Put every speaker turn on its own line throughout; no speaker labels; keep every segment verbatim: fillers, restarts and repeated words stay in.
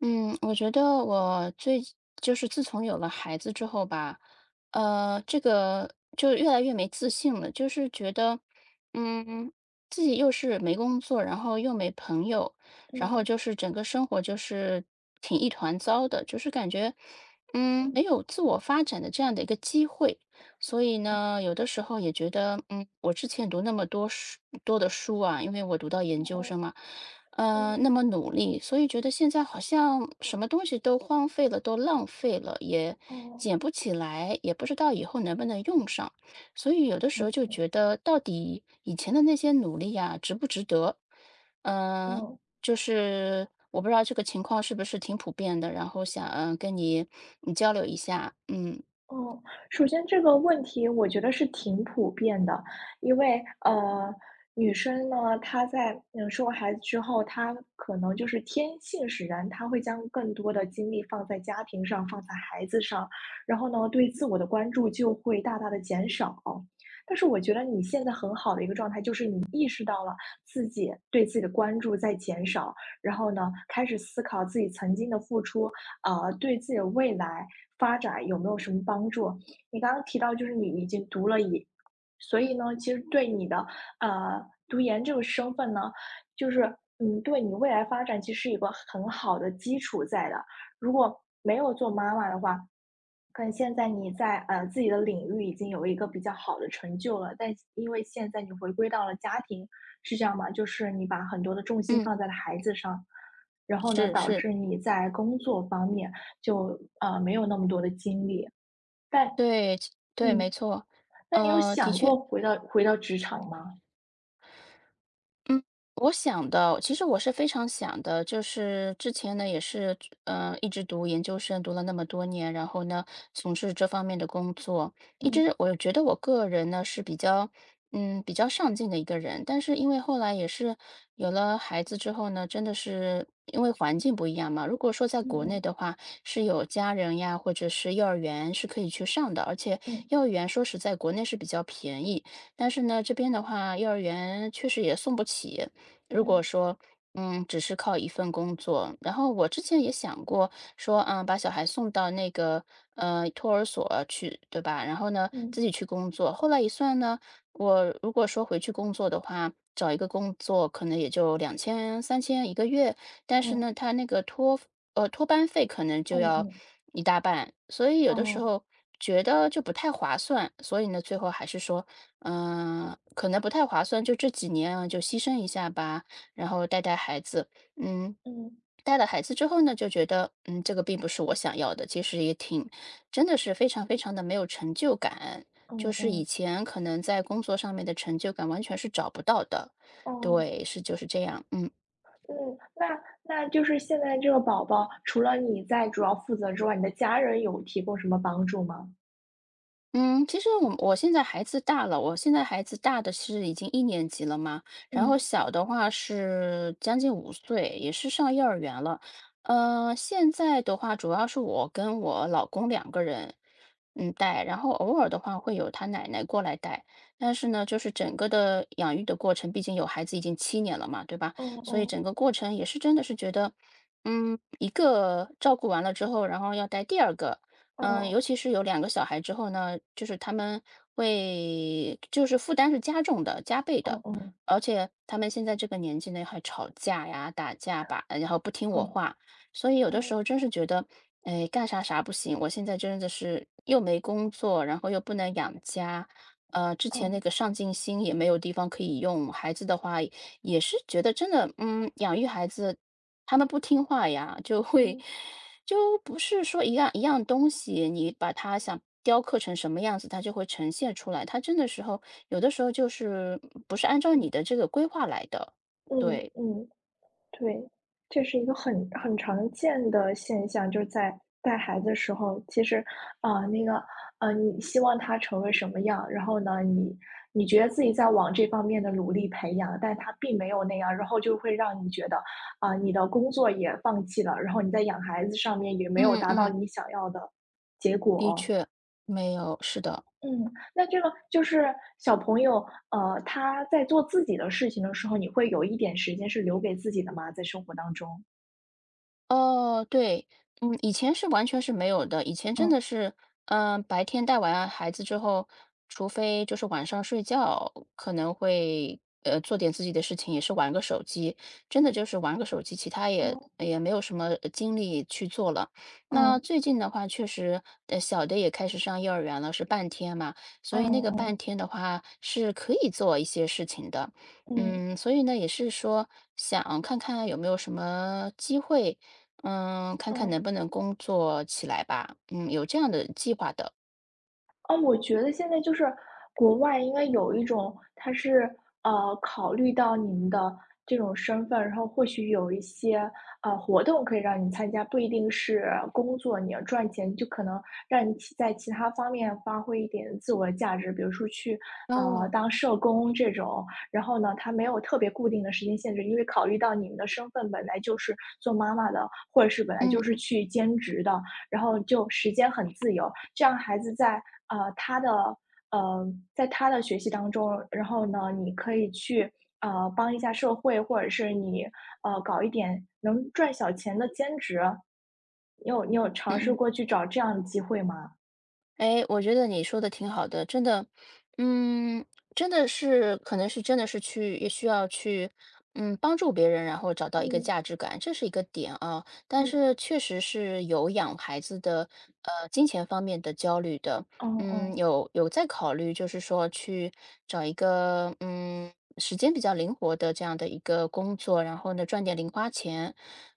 嗯，我觉得我最就是自从有了孩子之后吧，呃，这个就越来越没自信了，就是觉得，嗯，自己又是没工作，然后又没朋友，然后
嗯，
就是整个生活就是挺一团糟的，就是感觉，嗯，没有自我发展的这样的一个机会。所以呢，有的时候也觉得，嗯，我之前读那么多书多的书啊，因为我读到研究
哦，
生嘛，呃，
嗯，
那么努力，所以觉得现在好像什么东西都荒废了，都浪费了，也
哦
捡不起来，也不知道以后能不能用上，所以有的时候就
哦
觉得，到底以前的那些努力呀，值不值得？
哦
嗯、
哦
就是我不知道这个情况是不是挺普遍的，然后想，嗯、跟你你交流一下，嗯
哦。首先这个问题我觉得是挺普遍的，因为呃，女生呢，她在嗯生完孩子之后，她可能就是天性使然，她会将更多的精力放在家庭上，放在孩子上，然后呢，对自我的关注就会大大的减少。但是我觉得你现在很好的一个状态，就是你意识到了自己对自己的关注在减少，然后呢，开始思考自己曾经的付出呃，对自己的未来发展有没有什么帮助？你刚刚提到就是你已经读了研，所以呢，其实对你的呃读研这个身份呢，就是嗯，对你未来发展其实有个很好的基础在的。如果没有做妈妈的话，可能现在你在呃自己的领域已经有一个比较好的成就了，但因为现在你回归到了家庭，是这样吗？就是你把很多的重心
嗯，
放在了孩子上，然后呢，
是
导
是。
致你在工作方面就呃没有那么多的精力。但
对，对，没
嗯，
错。
那你有
呃，的
想
确，
过回到回到职场吗？
嗯，我想的，其实我是非常想的，就是之前呢也是，呃，一直读研究生，读了那么多年，然后呢从事这方面的工作，一
嗯，
直我觉得我个人呢是比较，嗯，比较上进的一个人，但是因为后来也是有了孩子之后呢，真的是因为环境不一样嘛，如果说在国内
嗯，
的话，是有家人呀，或者是幼儿园是可以去上的，而且
嗯，
幼儿园说实在国内是比较便宜。但是呢，这边的话，幼儿园确实也送不起。如果
嗯，
说，嗯，只是靠一份工作，然后我之前也想过说，嗯，把小孩送到那个呃托儿所去，对吧？然后呢，自
嗯，
己去工作。后来一算呢，我如果说回去工作的话，找一个工作可能也就两千、三千一个月，但是呢，
嗯，
他那个托呃托班费可能就
嗯，
要
嗯，嗯，
一大半，所以有的时
哦，
候觉得就不太划算，所以呢，最后还是说嗯，可能不太划算，就这几年啊，就牺牲一下吧，然后带带孩子。嗯，
嗯，
带了孩子之后呢，就觉得，嗯，这个并不是我想要的，其实也挺，真的是非常非常的没有成就感，就
嗯，
是以
嗯，
前可能在工作上面的成就感完全是找不到的，
哦。
对，是就是这样，嗯。
嗯，那那就是现在这个宝宝，除了你在主要负责之外，你的家人有提供什么帮助吗？
嗯，其实我我现在孩子大了，我现在孩子大的是已经一年级了嘛，然后
嗯，
小的话是将近五岁，也是上幼儿园了。呃，现在的话主要是我跟我老公两个人，嗯，带，然后偶尔的话会有他奶奶过来带，但是呢，就是整个的养育的过程，毕竟有孩子已经七年了嘛，对吧？
嗯
所以
嗯，
整个过程也是真的是觉得，嗯，一个照顾完了之后，然后要带第二个。嗯，
哦，
尤其是有两个小孩之后呢，就是他们会就是负担是加重的、加倍的。
哦哦，
而且他们现在这个年纪呢，还吵架呀、打架吧，然后不听我
嗯，
话。所以有的时
嗯，
候真是觉得，哎，干啥啥不行，我现在真的是又没工作，然后又不能养家，呃，之前那
嗯，
个上进心也没有地方可以用。孩子的话也是觉得真的，嗯，养育孩子他们不听话呀，就会
嗯，
就不是说一样一样东西，你把它想雕刻成什么样子，它就会呈现出来。它真的时候，有的时候就是不是按照你的这个规划来的。
嗯，
对，
嗯。对，这是一个很很常见的现象，就是在带孩子的时候，其实，啊，那个，呃，你希望他成为什么样，然后呢，你你觉得自己在往这方面的努力培养，但他并没有那样，然后就会让你觉得，啊，你的工作也放弃了，然后你在养孩子上面也没有
嗯
达到
嗯，
你想要的结
的
果。
确，没有，是的。
嗯，那这个就是小朋友，呃，他在做自己的事情的时候，你会有一点时间是留给自己的吗？在生活当中？
哦，对，嗯，以前是完全是没有的，以前真的是，嗯、白天带完孩子之后，除非就是晚上睡觉，可能会呃做点自己的事情，也是玩个手机，真的就是玩个手机，其他也
哦，
也没有什么呃精力去做了。那
哦，
最近的话，确实，呃，小的也开始上幼儿园了，是半天嘛，
哦，
所以那个半
哦，
天的话是可以做一些事情的。
嗯，
嗯，所以呢，也是说想看看有没有什么机会，嗯，看看
嗯，
能不能工作起来吧。嗯，有这样的计划的。
哦，我觉得现在就是国外应该有一种，它是，呃，考虑到你们的这种身份，然后或许有一些，呃，活动可以让你参加，不一定是工作，你要赚钱，就可能让你其在其他方面发挥一点自我的价值，比如说去，呃，
哦，
当社工这种。然后呢，它没有特别固定的时间限制，因为考虑到你们的身份本来就是做妈妈的，或者是本来
嗯
就是
嗯
去兼职的，然后就时间很自由，这样孩子在呃他的呃在他的学习当中，然后呢，你可以去呃帮一下社会，或者是你呃搞一点能赚小钱的兼职。你有你有尝
嗯
试
嗯。
过去找这样的机会吗？
哎，我觉得你说的挺好的，真的，嗯，真的是，可能是真的是去也需要去，嗯，帮助别人，然后找到一个
嗯
价值感，这是一个点啊。但
嗯。
是确实是有养孩子的，呃，金钱方面的焦虑的，
哦
嗯，
哦
有有在考虑，就是说去找一个，嗯，时间比较灵活的这样的一个工作，然后呢，赚点零花钱，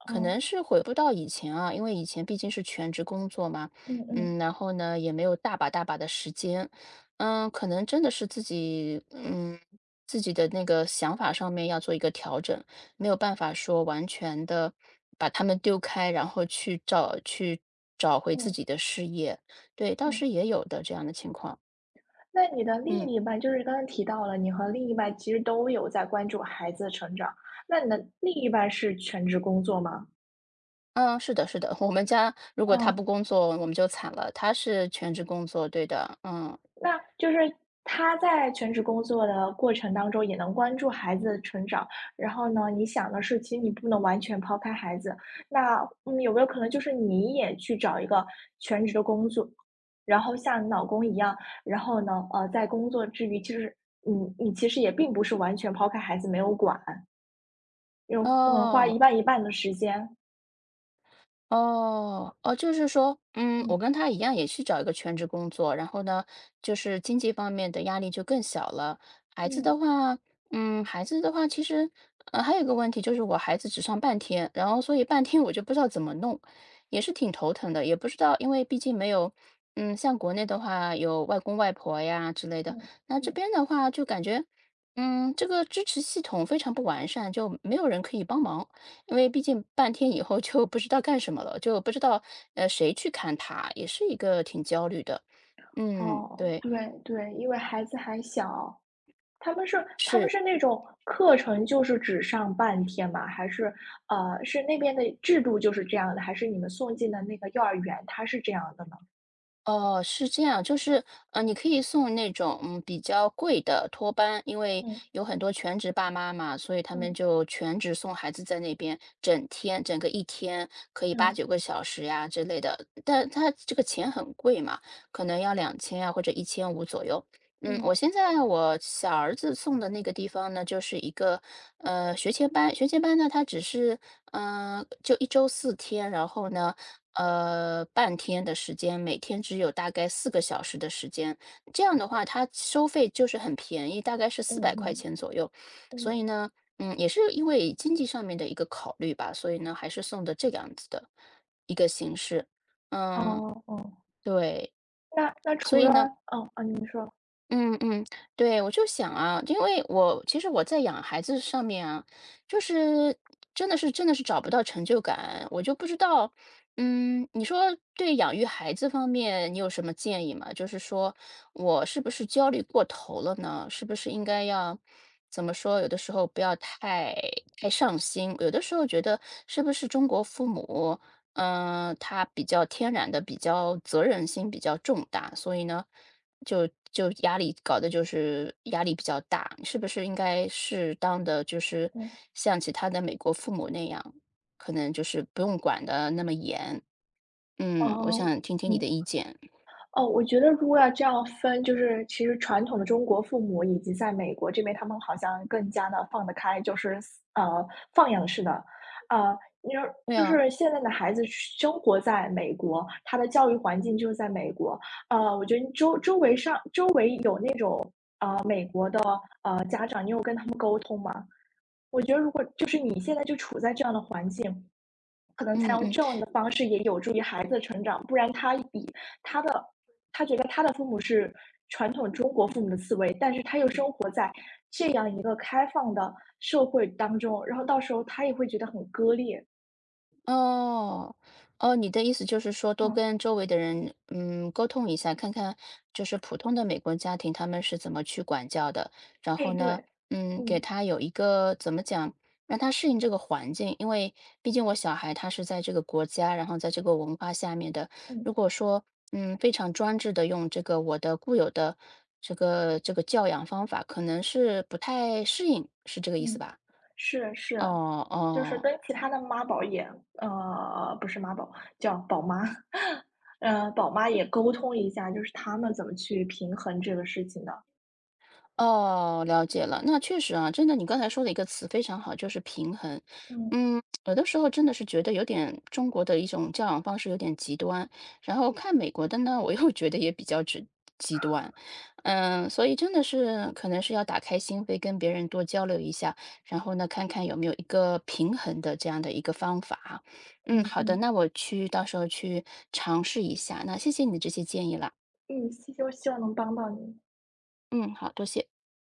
可
哦，
能是回不到以前啊，因为以前毕竟是全职工作嘛。
嗯嗯
嗯，然后呢，也没有大把大把的时间，嗯，可能真的是自己，嗯，自己的那个想法上面要做一个调整，没有办法说完全的把他们丢开，然后去找去找回自
嗯
己的事业，对，倒
嗯。
是也有的这样的情况，
那你的另
嗯
一半就是刚才提到了，你和另一半其实都有在关注孩子的成长，那你的另一半是全职工作吗？
嗯，是的，是的，我们家如果他
嗯。
不工作，我们就惨了，他是全职工作，对的，嗯，
那就是他在全职工作的过程当中，也能关注孩子的成长。然后呢，你想的是，其实你不能完全抛开孩子。那嗯，有没有可能就是你也去找一个全职的工作，然后像你老公一样，然后呢，呃，在工作之余，其实你你其实也并不是完全抛开孩子没有管，有可能花一
哦。
半一半的时间。
哦，哦，就是说，嗯，我
嗯
跟他一样也去找一个全职工作，然后呢，就是经济方面的压力就更小了。孩子
嗯
的话，嗯，孩子的话，其实，呃，还有一个问题就是我孩子只上半天，然后所以半天我就不知道怎么弄，也是挺头疼的，也不知道，因为毕竟没有，嗯，像国内的话有外公外婆呀之类的，
嗯
那这
嗯，
边的话就感觉，嗯，这个支持系统非常不完善，就没有人可以帮忙。因为毕竟半天以后就不知道干什么了，就不知道，呃，谁去看他，也是一个挺焦虑的。嗯，
哦，
对，
对对，因为孩子还小。他们是他们
是。
是那种课程就是只上半天吗？还是，呃，是那边的制度就是这样的？还是你们送进的那个幼儿园，它是这样的呢？
哦，是这样，就是，嗯，你可以送那种嗯比较贵的托班，因为
嗯
有很多全职爸妈嘛，所以他们
嗯
就全职送孩子在那边，整天整个一天可以八
嗯
九个小时呀之类的，但他这个钱很贵嘛，可能要两千啊或者一千五左右。嗯，
嗯
我现在我小儿子送的那个地方呢，就是一个呃学前班，学前班呢，他只是嗯、呃就一周四天，然后呢。呃，半天的时间，每天只有大概四个小时的时间。这样的话，它收费就是很便宜，大概是四
嗯
百块
嗯
钱左右。所
嗯。
以呢，嗯，也是因为经济上面的一个考虑吧，所以呢，还是送的这个样子的一个形式。嗯，
哦哦，
对。
那那
所
除
以
了
呢
嗯，啊，你说。
嗯嗯，对，我就想啊，因为我其实我在养孩子上面啊，就是真的是真的是找不到成就感，我就不知道，嗯，你说对养育孩子方面你有什么建议吗？就是说我是不是焦虑过头了呢？是不是应该要怎么说？有的时候不要太太上心，有的时候觉得是不是中国父母？嗯，他比较天然的，比较责任心比较重大，所以呢，就就压力搞得就是压力比较大。是不是应该适当的就是
嗯。
像其他的美国父母那样，可能就是不用管的那么严？嗯，我
哦。
想听听你
嗯。
的意见。
哦，我觉得如果要这样分，就是其实传统的中国父母以及在美国这边，他们好像更加的放得开，就是呃，放养式的。呃，你说
对
就
啊，
是现在的孩子生活在美国，他的教育环境就是在美国。呃，我觉得周周围上周围有那种，呃，美国的，呃，家长，你有跟他们沟通吗？我觉得如果就是你现在就处在这样的环境，可能采
嗯
用
嗯。
这样的方式也有助于孩子的成长，不然他以他的他觉得他的父母是传统中国父母的思维，但是他又生活在这样一个开放的社会当中，然后到时候他也会觉得很割裂，
哦，哦，你的意思就是说多
嗯，
跟周围的人，嗯，沟通一下，看看就是普通的美国家庭他们是怎么去管教的，然后
哎，对，
呢，嗯，给
嗯，
他有一个怎么讲，让他适应这个环境，因为毕竟我小孩他是在这个国家，然后在这个文化下面的，如
嗯，
果说嗯非常专制的用这个我的固有的这个这个教养方法，可能是不太适应，是这个意思
嗯，
吧？
是是。
哦
就是
哦。
跟其他的妈宝也呃，不是妈宝，叫宝妈，呃，宝妈也沟通一下，就是他们怎么去平衡这个事情的。
哦，了解了。那确实啊，真的，你刚才说的一个词非常好，就是平衡。
嗯，
嗯，有的时候真的是觉得有点中国的一种教养方式有点极端，然后看美国的呢，我又觉得也比较极极端。嗯，所以真的是可能是要打开心扉，跟别人多交流一下，然后呢，看看有没有一个平衡的这样的一个方法。嗯，
嗯
好的，
嗯，
那我去到时候去尝试一下。那谢谢你的这些建议啦。
嗯，希就希望能帮到你。
嗯，好，多谢。